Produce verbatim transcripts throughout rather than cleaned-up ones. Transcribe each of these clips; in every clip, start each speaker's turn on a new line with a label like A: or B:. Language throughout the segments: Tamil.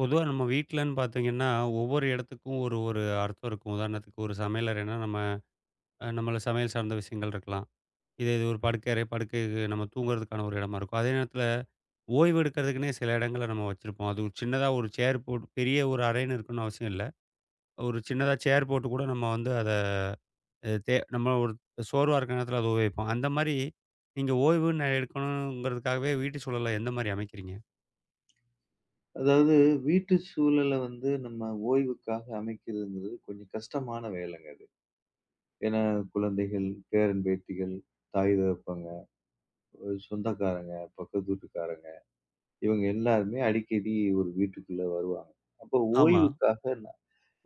A: பொதுவா நம்ம வீட்லன்னு பார்த்தீங்கன்னா, ஒவ்வொரு இடத்துக்கும் ஒரு ஒரு அர்த்தம் இருக்கும். உதாரணத்துக்கு ஒரு சமையலறைன்னா, நம்ம அ நம்மள சமையல் சார்ந்த விஷயங்கள் இருக்கலாம். இதே இது ஒரு படுக்கையறை, படுக்கைக்கு நம்ம தூங்குறதுக்கான ஒரு இடமா இருக்கும். அதே நேரத்தில ஓய்வு எடுக்கிறதுக்குன்னே சில இடங்கள நம்ம வச்சிருப்போம். அது ஒரு சின்னதா ஒரு சேர் போட்டு பெரிய ஒரு அறைன்னு இருக்கணும்னு அவசியம் இல்ல. ஒரு சின்னதா சேர் போட்டு கூட நம்ம வந்து அத அ தே நம்ம ஒரு சோர்வா இருக்கிற நேரத்தில அத உபயோகிப்போம். அந்த மாரி நீங்க ஓய்வுன்னு எடுக்கணுங்கிறதுக்காகவே வீட்டு சூழல எந்த மாரி அமைக்கிறீங்க?
B: அதாவது வீட்டு சூழலை வந்து நம்ம ஓய்வுக்காக அமைக்கிறதுங்கிறது கொஞ்சம் கஷ்டமான வேலைங்க அது. ஏன்னா குழந்தைகள், பேரன் பேத்திகள், தாய் தகப்பங்க, ஒரு சொந்தக்காரங்க, பக்கத்து வீட்டுக்காரங்க இவங்க எல்லாருமே அடிக்கடி ஒரு வீட்டுக்குள்ள வருவாங்க. அப்போ
A: ஆமா.
B: ஓய்வுக்காக ந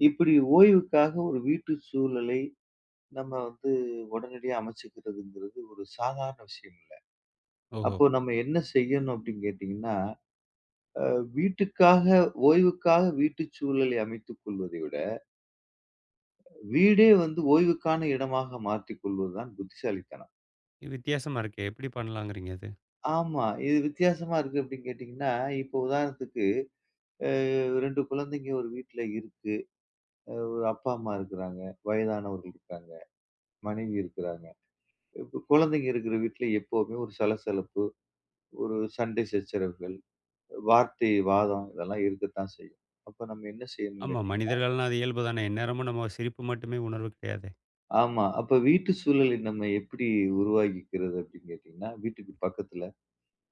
B: இப்படி ஓய்வுக்காக ஒரு வீட்டு சூழலை நம்ம வந்து உடனடியா அமைச்சுக்கிறதுங்கிறது ஒரு சாதாரண விஷயம் இல்ல.
A: ஓஹோ!
B: அப்போ நம்ம என்ன செய்யணும் அப்படின்னு கேட்டீங்கன்னா, அ வீட்டுக்காக ஓய்வுக்காக வீட்டு சூழலை அமைத்துக் கொள்வதை விட வீடே வந்து ஓய்வுக்கான இடமாக மாற்றிக் கொள்வது தான் புத்திசாலித்தனம்.
A: வித்தியாசமா இருக்கே! எப்படி பண்ணலாங்கிறீங்க அது?
B: ஆமா. இது வித்தியாசமா இருக்கு அப்படின்னு கேட்டீங்கன்னா, இப்போ உதாரணத்துக்கு அ ரெண்டு குழந்தைங்க ஒரு வீட்ல இருக்கு. அ ஒரு அப்பா, அம்மா இருக்கிறாங்க. வயதானவர்கள் இருக்காங்க. மனைவி இருக்கிறாங்க. இப்ப குழந்தைங்க இருக்கிற வீட்ல எப்பவுமே ஒரு சலசலப்பு, ஒரு சண்டை சச்சரவுகள், வார்த்தை வாதம் இதெல்லாம் இருக்கத்தான் செய்யும். அப்ப நம்ம என்ன செய்யணும்னு
A: ஆமா.
B: கேட்டீங்கன்னா,
A: மனிதர்கள்னா அது இயல்பு தானே. எந்நேரமும் நம்ம சிரிப்பு மட்டுமே உணர்வு கிடையாதே!
B: ஆமா, அப்ப வீட்டு சூழலை நம்ம எப்படி உருவாக்கிக்கிறது அப்படின்னு கேட்டீங்கன்னா, வீட்டுக்கு பக்கத்துல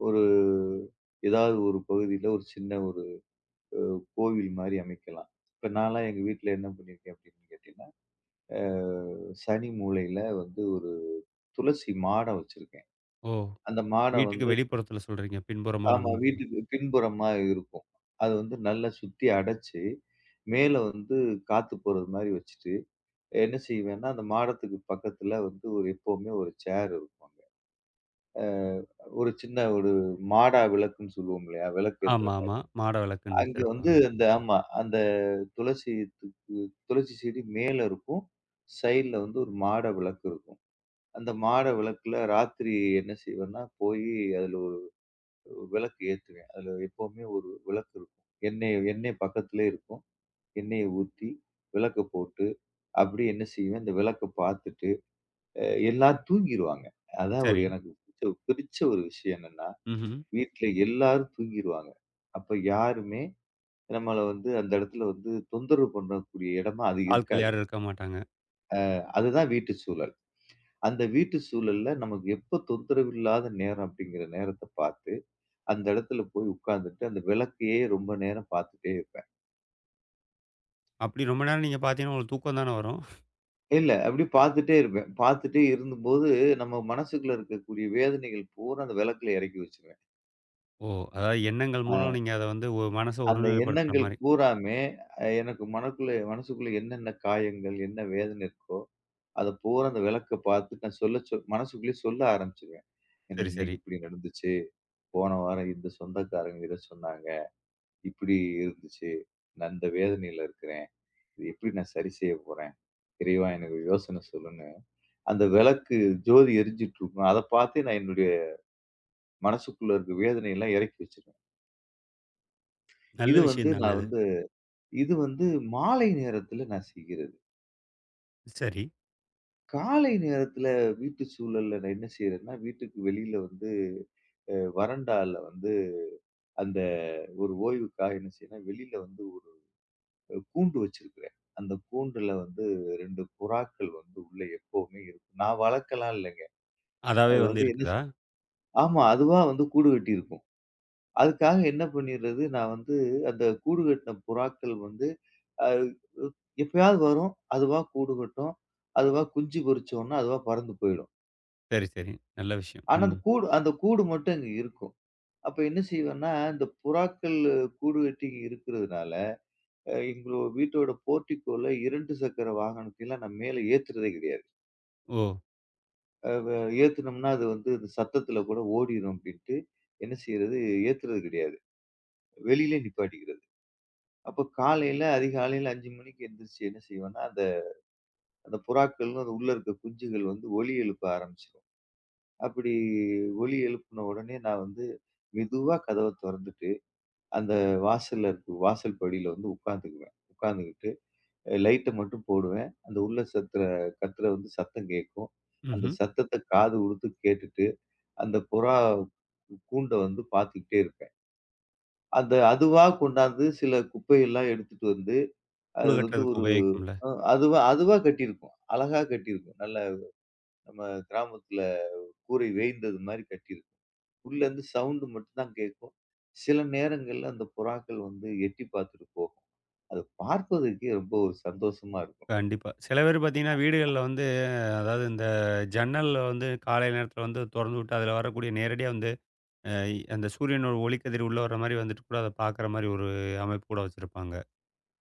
B: ஒரு ஏதாவது ஒரு பகுதியில ஒரு சின்ன ஒரு கோவில் மாரி அமைக்கலாம். இப்ப நான்லாம் எங்க வீட்ல என்ன பண்ணியிருக்கேன் அப்படின்னு கேட்டீங்கன்னா, அ சனி மூலையில வந்து ஒரு துளசி மாடம் வச்சிருக்கேன்.
A: ஓ!
B: அந்த மாடம்
A: வீட்டுக்கு
B: வந்து
A: வெளிப்புறத்தில சொல்றீங்க. பின்புறமா இல்ல
B: ஆமா,
A: முன்புறமா?
B: வீட்டுக்கு பின்புறமா இருக்கும். அது வந்து நல்லா சுத்தி அடைச்சு, மேல வந்து காத்து போறது மாரி வச்சுட்டு, என்ன செய்வேன்னா, அந்த மாடத்துக்கு பக்கத்துல வந்து ஒரு எப்பவுமே ஒரு சேர் இருக்கும் அங்க. அ ஒரு சின்ன ஒரு மாடா விளக்குன்னு சொல்லுவோம் இல்லையா? விளக்கு ஏத்துற
A: ஆமா, ஆமா.
B: மாரி.
A: மாட விளக்குன்னு
B: அங்க
A: வச்சிருப்பாங்க.
B: வந்து அந்த ஆமா. அந்த துளசி து துளசி செடி மேல இருக்கும். சைடுல வந்து ஒரு மாட விளக்கு இருக்கும். அந்த மாட விளக்குல ராத்திரி என்ன செய்வேன்னா, போயி அதுல ஒரு ஒரு விளக்கு ஏத்துவேன். அதுல எப்பவுமே ஒரு விளக்கு இருக்கும். எண்ணெய் எண்ணெய் பக்கத்திலேயே இருக்கும். எண்ணெய ஊத்தி, விளக்க போட்டு, அப்படியே என்ன செய்வேன், அந்த விளக்க பார்த்துட்டு, அ எல்லாரும் தூங்கிருவாங்க. அதான் ஒரு
A: சரி.
B: எனக்கு பிடிச்ச பிடிச்ச ஒரு விஷயம் என்னன்னா,
A: ம்ஹ்ம்.
B: வீட்ல எல்லாரும் தூங்கிருவாங்க. அப்ப யாருமே நம்மள வந்து அந்த இடத்துல வந்து தொந்தரவு பண்ணக்கூடிய இடமா அது
A: ஆட்கள்
B: இருக்காது.
A: யாரும் இருக்க மாட்டாங்க.
B: அதுதான் வீட்டு சூழல். அந்த வீட்டு சூழல்ல நமக்கு எப்ப தொந்தரவு இல்லாத நேரம் அப்படிங்கிற நேரத்த பார்த்து, அந்த இடத்துல போய் உட்கார்ந்துட்டு அந்த விளக்கையே ரொம்ப நேரம் பார்த்துட்டே இருப்பேன்.
A: அப்படி ரொம்ப நேரம் நீங்க பார்த்தீங்கன்னா, உங்களுக்கு தூக்கம் தானே வரும்.
B: இல்ல, அப்படியே பார்த்துட்டே இருப்பேன். பார்த்துட்டே இருந்தபோது நம்ம மனசுக்குள்ள இருக்கக்கூடிய வேதனைகள் பூரா அந்த விளக்குல இறக்கி வச்சுருவேன்.
A: ஓ! அதாவது எண்ணங்கள் மூலம்
B: அ
A: நீங்க அத வந்து ஒ மனச
B: அந்த
A: ஒருநிலைப்படுத்துற
B: எண்ணங்கள்
A: மாரி.
B: பூராமே அ எனக்கு மனக்குள்ள மனசுக்குள்ள என்னென்ன காயங்கள், என்ன வேதனை இருக்கோ, அத பூரா அந்த விளக்க பார்த்து நான் சொல்ல சொ மனசுக்குள்ளேயே சொல்ல ஆரம்பிச்சுருவேன்.
A: சரி,
B: எனக்கு
A: சரி.
B: இன்னைக்கு இப்படி நடந்துச்சு. போன வாரம் இந்த சொந்தக்காரங்க இத சொன்னாங்க. இப்படி இருந்துச்சு. நான் இந்த வேதனையில இருக்கிறேன். இத எப்படி நான் சரி செய்ய போறேன்? இறைவா எனக்கு யோசனை சொல்லுன்னு. அந்த விளக்கு ஜோதி எரிஞ்சுட்டு இருக்கும். அத பார்த்து நான் என்னுடைய மனசுக்குள்ள இருக்க வேதனையெல்லாம் இறக்கி வச்சுருவேன்.
A: நல்ல
B: இது வந்து
A: விஷயம் தாங்க
B: நான்
A: அது.
B: வந்து இது வந்து மாலை நேரத்துல நான் செய்கிறது.
A: சரி.
B: காலை நேரத்துல வீட்டு சூழல்ல நான் என்ன செய்றேன்னா, வீட்டுக்கு வெளியில வந்து அ வறண்டால வந்து அந்த ஒரு ஓய்வுக்காக என்ன செய்றேன்னா, வெளியில வந்து கூண்டு வச்சிருக்கிறேன். அந்த கூண்டுல வந்து ரெண்டு புறாக்கள் வந்து உள்ள எப்பவுமே இருக்கும். நான் வளர்க்கலாம் இல்லங்க.
A: அதாவே
B: அது
A: வந்து
B: வந்து என்ன
A: இருக்குதா?
B: செய் ஆமா, அதுவா வந்து கூடு கட்டியிருக்கும். அதுக்காக என்ன பண்ணிறது, நான் வந்து அந்த கூடு கட்டின புறாக்கள் வந்து அ எப்பயாவது வரும். அதுவா கூடு கட்டும். அதுவா குஞ்சு பொரிச்ச உடனே அதுவா பறந்து போயிடும்.
A: சரி, சரி. நல்ல விஷயம்.
B: ஆனா அந்த
A: ம்.
B: கூடு அந்த கூடு மட்டும் அங்க இருக்கும். அப்ப என்ன செய்வேன்னா, இந்த புறாக்கள் அஹ், கூடு கட்டி இங்க இருக்கிறதுனால, அஹ், எங்களோட வீட்டோட போர்டிகோல ரெண்டு சக்கர வாகனத்தைலாம் நான் மேல ஏத்துறதே கிடையாது.
A: ஓ!
B: அ வ ஏத்துனோம்னா, அது வந்து இந்த சத்தத்துல கூட ஓடிரும் அப்டின்ட்டு, என்ன செய்றது? ஏத்துறது கிடையாது. வெளியிலே நிப்பாட்டிக்கிறது. அப்ப காலையில அதிகாலையில ஐந்து மணிக்கு எந்திரிச்சு என்ன செய்வேன்னா, அந்த அந்த புறாக்கள்ன்னு அது உள்ள இருக்க குஞ்சுகள் வந்து ஒலி எழுப்ப ஆரம்பிச்சுரும். அப்படி ஒலி எழுப்புன உடனே நான் வந்து மெதுவா கதவ தொறந்துட்டு, அந்த வாசல்ல இருக்க வாசல் படியில வந்து உட்காந்துக்குவேன். உட்காந்துக்கிட்டு அ லைட்ட மட்டும் போடுவேன். அந்த உள்ள சத்துற கத்துற வந்து சத்தம் கேட்கும். அந்த
A: ம்ஹ்ம்.
B: சத்தத்த காது குடுத்து கேட்டுட்டு, அந்த புறா கூண்ட வந்து பார்த்துக்கிட்டே இருப்பேன். அந்த அதுவா கொண்டாந்து சில குப்பையெல்லாம் எடுத்துட்டு வந்து,
A: கூடு
B: அது வந்து
A: கட்டுறதுக்கு
B: ஒரு
A: உபயோகிக்கும்ல.
B: அ அதுவா அதுவா கட்டியிருக்கும். அழகா கட்டியிருக்கும். நல்ல நம்ம கிராமத்துல கூரை வேய்ந்தது மாரி கட்டியிருக்கும். உள்ளருந்து சவுண்டு மட்டும் தான் கேட்கும். சில நேரங்கள்ல அந்த புறாக்கள் வந்து எட்டி பார்த்துட்டு போகும். அத பார்ப்பதற்கே ரொம்ப ஒரு சந்தோஷமா இருக்கும்.
A: கண்டிப்பா. சில பேர் பார்த்தீங்கன்னா, வீடுகள்ல வந்து அதாவது இந்த ஜன்னல்ல வந்து காலை நேரத்தில வந்து தொறந்து விட்டு, அதில வரக்கூடிய நேரடியா வந்து அ அந்த சூரியனோட ஒளிக்கதிர் உள்ள வர்ற மாரி வந்துட்டு கூட அத பார்க்குற மாரி ஒரு அமைப்பு கூட வச்சிருப்பாங்க.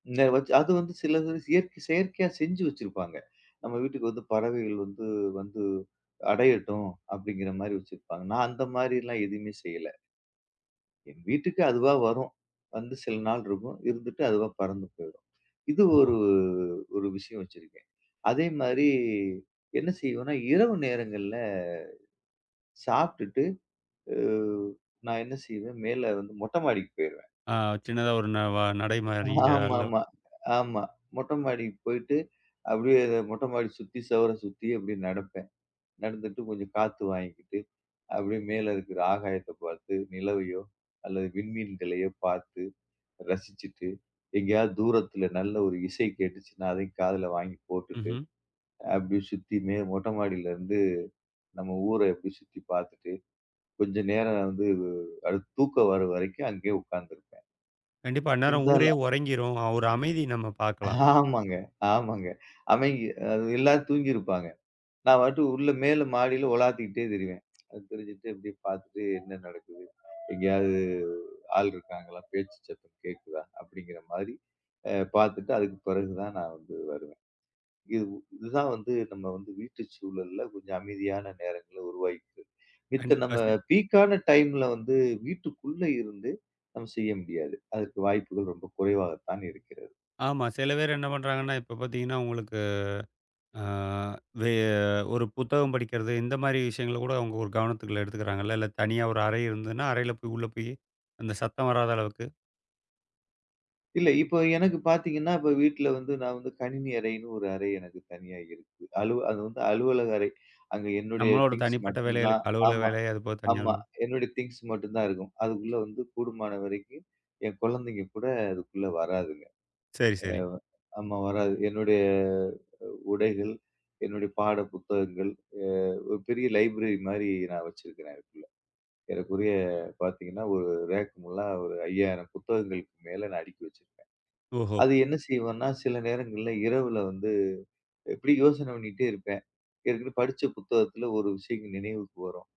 B: இந்த வச்சு அது வந்து சிலது இயற்கை செயற்கையா செஞ்சு வச்சிருப்பாங்க. நம்ம வீட்டுக்கு வந்து பறவைகள் வந்து வந்து அடையட்டும் அப்படிங்கிற மாரி வச்சிருப்பாங்க. நான் அந்த மாரிலாம் எதுவுமே செய்யல. என் வீட்டுக்கு அதுவா வரும். வந்து சில நாள் இருக்கும். இருந்துட்டு அதுவா பறந்து போயிடும். இது
A: ஓஹோ!
B: ஒரு ஒரு விஷயம் வச்சிருக்கேன். அதே மாரி என்ன செய்வேன்னா, இரவு நேரங்கள்ல சாப்பிட்டுட்டு, அ நான் என்ன செய்வேன், மேல வந்து மொட்டை மாடிக்கு போயிருவேன்.
A: ஆ சின்னதா ஒரு ந வ நடை மாரியா
B: ஆமாமா.
A: இல்ல
B: ஆமா. ஆமா, மொட்டை மாடிக்கு போயிட்டு, அப்படியே அத மொட்டை மாடி சுத்தி சுவர சுத்தி அப்படியே நடப்பேன். நடந்துட்டு கொஞ்சம் காத்து வாங்கிக்கிட்டு, அப்படியே மேல இருக்கிற ஆகாயத்த பார்த்து, நிலவையோ அல்லது விண்மீன்களையோ பார்த்து ரசிச்சுட்டு, எங்கேயாவது தூரத்துல நல்ல ஒரு இசை கேட்டுச்சுன்னா, அதையும் காதுல வாங்கி போட்டுட்டு,
A: ம்ஹ்ம்.
B: அப்படியே சுத்தி மே மொட்டை மாடியிலருந்து நம்ம ஊர அப்படியே சுத்தி பார்த்துட்டு, கொஞ்ச நேரம் வந்து அது தூக்கம் வர வரைக்கும் அங்கேயே உட்கார்ந்திருப்பேன்.
A: கண்டிப்பா அந்நேரம்
B: இந்த
A: ஊரே உறங்கிரும். அஹ், ஒரு அமைதி நம்ம பார்க்கலாம்.
B: ஆமாங்க, ஆமாங்க. அமைங்கி அது எல்லாரும் தூங்கியிருப்பாங்க. நான் பாட்டு உள்ள மேல மாடியில உலாத்திக்கிட்டே திரிவேன். அது திரிஞ்சுட்டு இப்படியே பார்த்துட்டு என்ன நடக்குது? எங்கேயாவது ஆள் இருக்காங்களா? பேச்சு சத்தம் கேட்குதா? அப்படிங்கிற மாரி அ பார்த்துட்டு அதுக்கு பிறகு தான் நான் வந்து வருவேன். இது இதுதான் வந்து நம்ம வந்து வீட்டு சூழல்ல கொஞ்சம் அமைதியான நேரங்கள உருவாக்கிட்டு, மித்த
A: கண்டிப்பா.
B: நம்ம
A: சி
B: பீக்கான டைம்ல வந்து வீட்டுக்குள்ள இருந்து நம்ம செய்ய முடியாது. அதற்கு வாய்ப்புகள் ரொம்ப குறைவாகத்தான் இருக்கிறது.
A: ஆமா. சில பேர் என்ன பண்றாங்கன்னா, இப்ப பார்த்தீங்கன்னா, உங்களுக்கு ஆ வே ஒரு புத்தகம் படிக்கிறது, இந்த மாரி விஷயங்கள கூட அவங்க ஒரு கவனத்துக்குள்ள எடுத்துக்கிறாங்கல்ல. இல்ல தனியா ஒரு அறை இருந்ததுன்னா, அறையில போய் உள்ள போய் அந்த சத்தம் வராத அளவுக்கு
B: இல்ல. இப்போ எனக்கு பார்த்தீங்கன்னா, இப்ப வீட்ல வந்து நான் வந்து கணினி அறைன்னு ஒரு அறை எனக்கு தனியா இருக்கு. அலுவ அது வந்து அலுவலக அறை. அங்க என்னுடைய
A: நம்மளோட
B: திங்ஸ்
A: தனிப்பட்ட
B: மட்டும்தான்.
A: வேலைகளுக்கு அலுவலக
B: ஆமா,
A: வேலை, அதுபோக தனியார்
B: ஆமா,
A: வேலை.
B: என்னுடைய திங்ஸ் மட்டும் தான் இருக்கும். அதுக்குள்ள வந்து கூடுமான வரைக்கும் என் குழந்தைங்க கூட அதுக்குள்ள வராதுங்க.
A: சரி,
B: அ
A: சரி.
B: ஆமா, வராது. என்னுடைய உடைகள், என்னுடைய பாட புத்தகங்கள், அ ஒரு பெரிய லைப்ரரி மாரி நான் வச்சிருக்கிறேன் அதுக்குள்ள. ஏறக்குறைய பார்த்தீங்கன்னா, ஒரு ரேக் முல்லா ஒரு ஐயாயிரம் புத்தகங்களுக்கு மேல நான் அடுக்கி வச்சிருக்கேன்.
A: ஓஹோ!
B: அது என்ன செய்வேன்னா, சில நேரங்கள்ல இரவுல வந்து இப்படி யோசனை பண்ணிட்டே இருப்பேன். ஏற்கனவே படிச்ச புத்தகத்துல ஒரு விஷயம் நினைவுக்கு வரும்.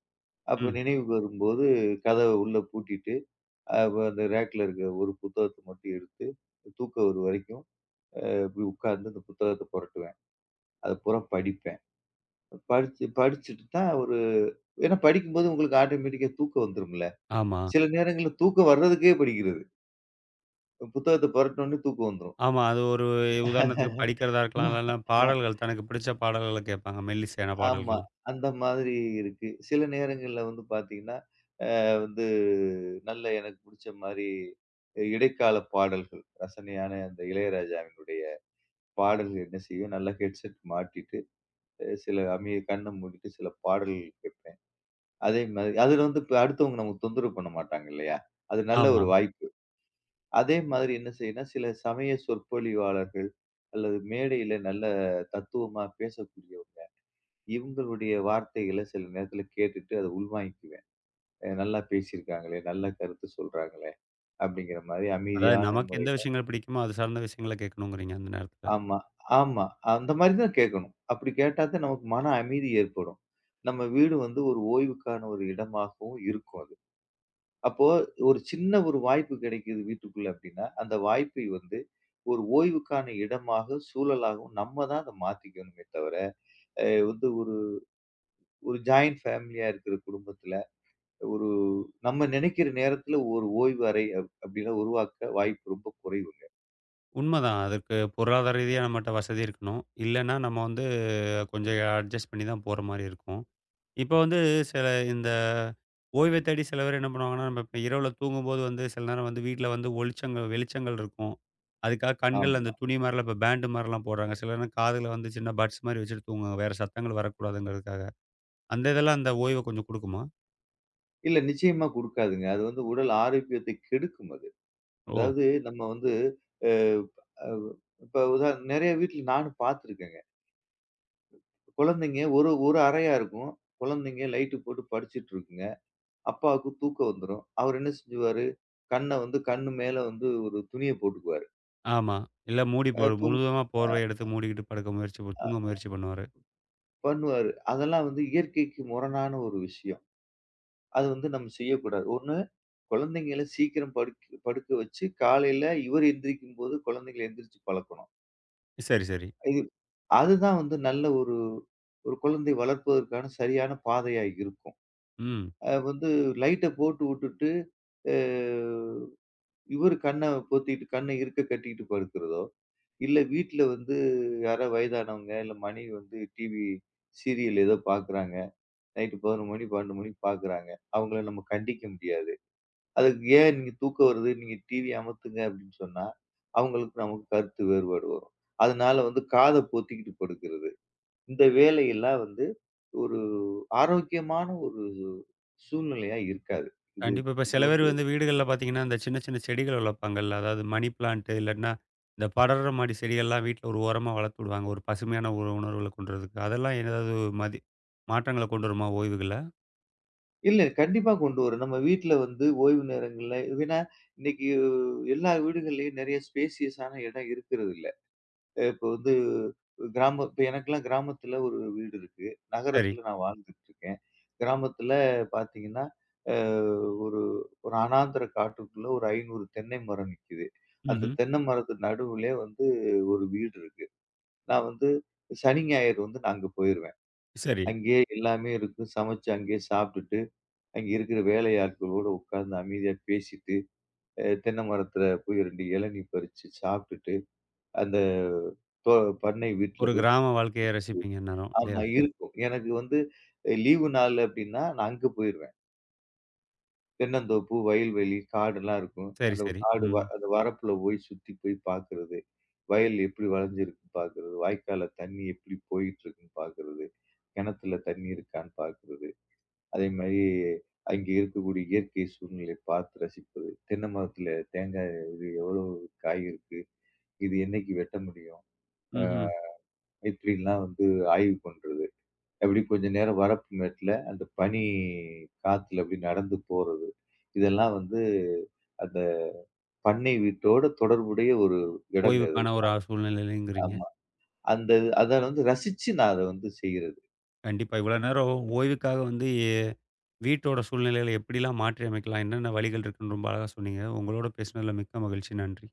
B: அப்ப
A: ம்.
B: நினைவுக்கு வரும்போது கதவ உள்ள பூட்டிட்டு, அ அந்த ரேக்ல இருக்க ஒரு புத்தகத்த மட்டும் எடுத்து, தூக்கம் வரும் வரைக்கும் போய் உட்கார்ந்து அந்த புத்தகத்த புரட்டுவேன். அத பூரா படிப்பேன். படிச்சு படிச்சுட்டு தான் ஒரு ஏன்னா படிக்கும்போது உங்களுக்கு ஆட்டோமேட்டிக்கா தூக்கம் வந்துரும்ல.
A: ஆமா.
B: சில நேரங்கள்ல தூக்கம் வர்றதுக்கே படிக்கிறது. புத்தகத்த புரட்டுன உடனே தூக்கம் வந்துரும்.
A: ஆமா. அது ஒரு உதாரணத்துக்கு படிக்கிறதா இருக்கலாம். இல்லன்னா பாடல்கள் தனக்கு பிடிச்ச பாடல்கள கேட்பாங்க. மெல்லிசையான
B: ஆமா.
A: பாடல்கள்.
B: அந்த மாதிரி இருக்கு. சில நேரங்கள்ல வந்து பார்த்தீங்கன்னா, அ வந்து நல்ல எனக்கு புடிச்ச மாரி இடைக்கால பாடல்கள், ரசனையான அந்த இளையராஜாவினுடைய பாடல்கள் என்ன செய்யும், நல்லா ஹெட்செட் மாட்டிட்டு, அ சில அமைதி கண்ண மூடிட்டு சில பாடல்கள் கேட்பேன். அதே மாதிரி அதுல வந்து இப்ப அடுத்தவங்க நமக்கு தொந்தரவு பண்ண மாட்டாங்க இல்லையா? அது நல்ல
A: ஆமா.
B: ஒரு வாய்ப்பு. அதே மாதிரி என்ன செய்யும்னா, சில சமய சொற்பொழிவாளர்கள் அல்லது மேடையில நல்ல தத்துவமா பேசக்கூடியவங்க இவங்களுடைய வார்த்தைகள சில நேரத்துல கேட்டுட்டு அத உள்வாங்கிக்குவேன். அ நல்லா பேசியிருக்காங்களே! நல்ல கருத்து சொல்றாங்களே! அப்படிங்கிற மாரி
A: அதாவது
B: அமைதியான
A: நமக்கு எந்த
B: முறையில
A: விஷயங்கள் பிடிக்குமோ, அது சார்ந்த விஷயங்கள கேட்கணுங்கிறீங்க அந்த நேரத்துல.
B: ஆமா, ஆமா, அந்த மாரி தான் கேட்கணும். அப்படி கேட்டா தான் நமக்கு மன அமைதி ஏற்படும். நம்ம வீடு வந்து ஒரு ஓய்வுக்கான ஒரு இடமாகவும் இருக்கும் அது. அப்போ ஒரு சின்ன ஒரு வாய்ப்பு கிடைக்குது வீட்டுக்குள்ள அப்படின்னா, அந்த வாய்ப்பை வந்து ஒரு ஓய்வுக்கான இடமாக, சூழலாகவும் நம்ம தான் அத மாத்திக்கணுமே தவிர, அ வந்து ஒரு ஒரு ஜாயிண்ட் ஃபேமிலியா இருக்கிற குடும்பத்துல ஒரு நம்ம நினைக்கிற நேரத்துல ஒரு ஓய்வு அறை அப் அப்படிலாம் உருவாக்க வாய்ப்பு ரொம்ப குறைவுங்க.
A: உண்மதான். அதுக்கு பொருளாதார ரீதியா நம்மட்ட வசதி இருக்கணும். இல்லன்னா நம்ம வந்து கொஞ்சம் அட்ஜஸ்ட் பண்ணி தான் போற மாரி இருக்கும். இப்போ வந்து சில இந்த ஓய்வை தேடி சில பேர் என்ன பண்ணுவாங்கன்னா, நம்ம இப்ப இரவுல தூங்கும்போது வந்து சில நேரம் வந்து வீட்ல வந்து ஒளிச்சங்கள் வெளிச்சங்கள் இருக்கும். அதுக்காக கண்கள்ல அந்த
B: ஆமா.
A: துணி மாரிலாம் இப்ப பேண்டு மாரிலாம் போடுறாங்க. சில நேரம் காதுல வந்து சின்ன பட்ஸ் மாரி வச்சுட்டு தூங்குவாங்க. வேற சத்தங்கள் வரக்கூடாதுங்கிறதுக்காக. அந்த இதெல்லாம் அந்த ஓய்வ கொஞ்சம் குடுக்குமா?
B: இல்ல, நிச்சயமா குடுக்காதுங்க. அது வந்து உடல் ஆரோக்கியத்தை கெடுக்கும் அது.
A: ஓ!
B: அதாவது நம்ம வந்து அ அ இப்ப உதா நெறைய வீட்ல நானும் பார்த்துருக்கேங்க. குழந்தைங்க ஒரு ஒரு அறையா இருக்கும். குழந்தைங்க லைட்டு போட்டு படிச்சுட்டு இருக்குங்க. அப்பாவுக்கு தூக்கம் வந்துரும். அவர் என்ன செஞ்சுருவாரு, கண்ண வந்து கண்ணு மேல வந்து ஒரு துணிய போட்டுக்குவாரு.
A: ஆமா. இல்ல மூடி
B: அ
A: போ
B: தூங்
A: முழுவதுமா
B: அ
A: போர்வைய எடுத்து மூடிக்கிட்டு படுக்க முயற்சி பண்-
B: அ
A: தூங்க முயற்சி பண்ணுவாரு.
B: பண்ணுவாரு. அதெல்லாம் வந்து இயற்கைக்கு முரணான ஒரு விஷயம். அது வந்து நம்ம செய்யக்கூடாது. ஒண்ணு, குழந்தைங்கள சீக்கிரம் படுக்க படுக்க வச்சு, காலையில இவர் எந்திரிக்கும்போது குழந்தைங்கள எந்திரிச்சு பழக்கணும்.
A: சரி, சரி.
B: இது அதுதான் வந்து நல்ல ஒரு ஒரு குழந்தை வளர்ப்பதற்கான சரியான பாதையா இருக்கும்.
A: ம்.
B: அ வந்து லைட்ட போட்டு வுட்டுட்டு, அ இவரு கண்ண பொத்திட்டு கண்ண இருக்க கட்டிக்கிட்டு படுக்கிறதோ, இல்ல வீட்ல வந்து யாரோ வயதானவங்க, இல்ல மனைவி வந்து டிவி சீரியல் ஏதோ பார்க்குறாங்க. நைட்டு பதினொன்று மணி, பன்னிரண்டு மணிக்கு பார்க்குறாங்க. அவங்கள நம்ம கண்டிக்க முடியாது. அதுக்கு ஏன் நீங்க தூக்கம் வருது, நீங்க டிவி அமத்துங்க அப்படின்னு சொன்னா, அவங்களுக்கு நமக்கு கருத்து வேறுபாடு வரும். அதனால வந்து காத பொத்திக்கிட்டு படுக்கிறது. இந்த வேலையெல்லாம் வந்து ஒரு ஆரோக்கியமான ஒரு சூழ்நிலையா இருக்காது. இது
A: கண்டிப்பா. இப்ப
B: இது
A: சில பேர்
B: வந்து
A: வந்து வீடுகள்ல பார்த்தீங்கன்னா, இந்த சின்ன சின்ன செடிகள் வளர்ப்பாங்கல்ல. அதாவது மணி பிளான்ட் இல்லாட்டினா, இந்த படர்ற மாடி செடிகள்லாம் வீட்ல ஒரு ஓரமா வளர்த்து விடுவாங்க. ஒரு பசுமையான ஒரு உணர்வுகள கொண்டு வரதுக்கு. அதெல்லாம் ஏதாவது மதி மாற்றங்கள கொண்டு வருமா ஓய்வுகள்ல?
B: இல்ல, கண்டிப்பா கொண்டு வரும். நம்ம வீட்ல வந்து ஓய்வு நேரங்கள்ல ஏன்னா, இன்னைக்கு எல்லா வீடுகள்லயும் நெறைய ஸ்பேசியஸான இடம் இருக்கிறது. அ இப்போ வந்து கிராமம், இப்ப எனக்கெல்லாம் கிராமத்துல ஒரு வீடு இருக்கு.
A: சரி.
B: நகரத்துல நான் வாழ்ந்துட்டு இருக்கேன். கிராமத்துல பார்த்தீங்கன்னா, அ ஒரு ஒரு அனாந்தர காட்டுக்குள்ள ஒரு ஐநூறு தென்னை மரம் நிக்குது. அந்த
A: ம்ஹ்ம்.
B: தென்னை மரத்து நடுவுலே வந்து ஒரு வீடு இருக்கு. நான் வந்து சனி, ஞாயிறு வந்து நான் அங்க போயிருவேன்.
A: சரி.
B: அங்கேயே எல்லாமே இருக்கும். சமைச்சு அங்கேயே சாப்பிட்டுட்டு, அங்கே இருக்கிற வேலையாட்களோட உட்கார்ந்து அமைதியா பேசிட்டு, அ தென்னை மரத்துல போய் ரெண்டு இளநீ பறிச்சு சாப்பிட்டுட்டு, அந்த தோ பண்ணை வீட்ல
A: ஒரு
B: போய்
A: கிராம வாழ்க்கைய ரசிப்பீங்க அந்நேரம் இல்லையா?
B: ஆமா, இருக்கும். எனக்கு வந்து லீவு நாள் அப்டின்னா, நான் அங்க போயிருவேன். தென்னந்தோப்பு, வயல்வெளி, காடுலாம் இருக்கும்.
A: சரி,
B: அந்த
A: சரி.
B: காடு வ
A: ம்.
B: அந்த வரப்புல போய் சுத்தி போய் பார்க்குறது. வயல் எப்டி வளஞ்சிருக்குன்னு பார்க்குறது. வாய்க்கால்ல தண்ணி எப்டி போயிட்டுருக்குன்னு பார்க்குறது. கிணத்துல தண்ணி இருக்கான்னு பார்க்குறது. அதே மாரி அங்கே இருக்கக்கூடிய இயற்கை சூழ்நிலை பார்த்து ரசிப்பது. தென்னை மரத்துல தேங்காய் இது எவ்வளோ காய் இருக்கு? இது என்னைக்கு வெட்ட முடியும்? அ
A: ம்ஹ்ம்.
B: இப்டிலாம் வந்து ஆய்வு பண்றது. அப்படி கொஞ்ச நேரம் வரப்பு மேட்ல அந்த பனி காத்துல அப்படி நடந்து போறது. இதெல்லாம் வந்து அந்த பண்ணை வீட்டோட தொடர்புடைய ஒரு இடங்க அது.
A: ஓய்வுக்கான ஒரு அ சூழ்நிலையிலங்கிறீங்க.
B: ஆமா. அந்த அத வந்து ரசிச்சு நான் அத வந்து செய்றது.
A: கண்டிப்பா. இவ்வளோ நேரம் ஓய்வுக்காக வந்து எ வீட்டோட சூழ்நிலைகள எப்படிலாம் மாற்றி அமைக்கலாம்? என்னென்ன வழிகள் இருக்குன்னு ரொம்ப அழகா சொன்னீங்க. உங்களோட பேசினதில மிக்க மகிழ்ச்சி. நன்றி.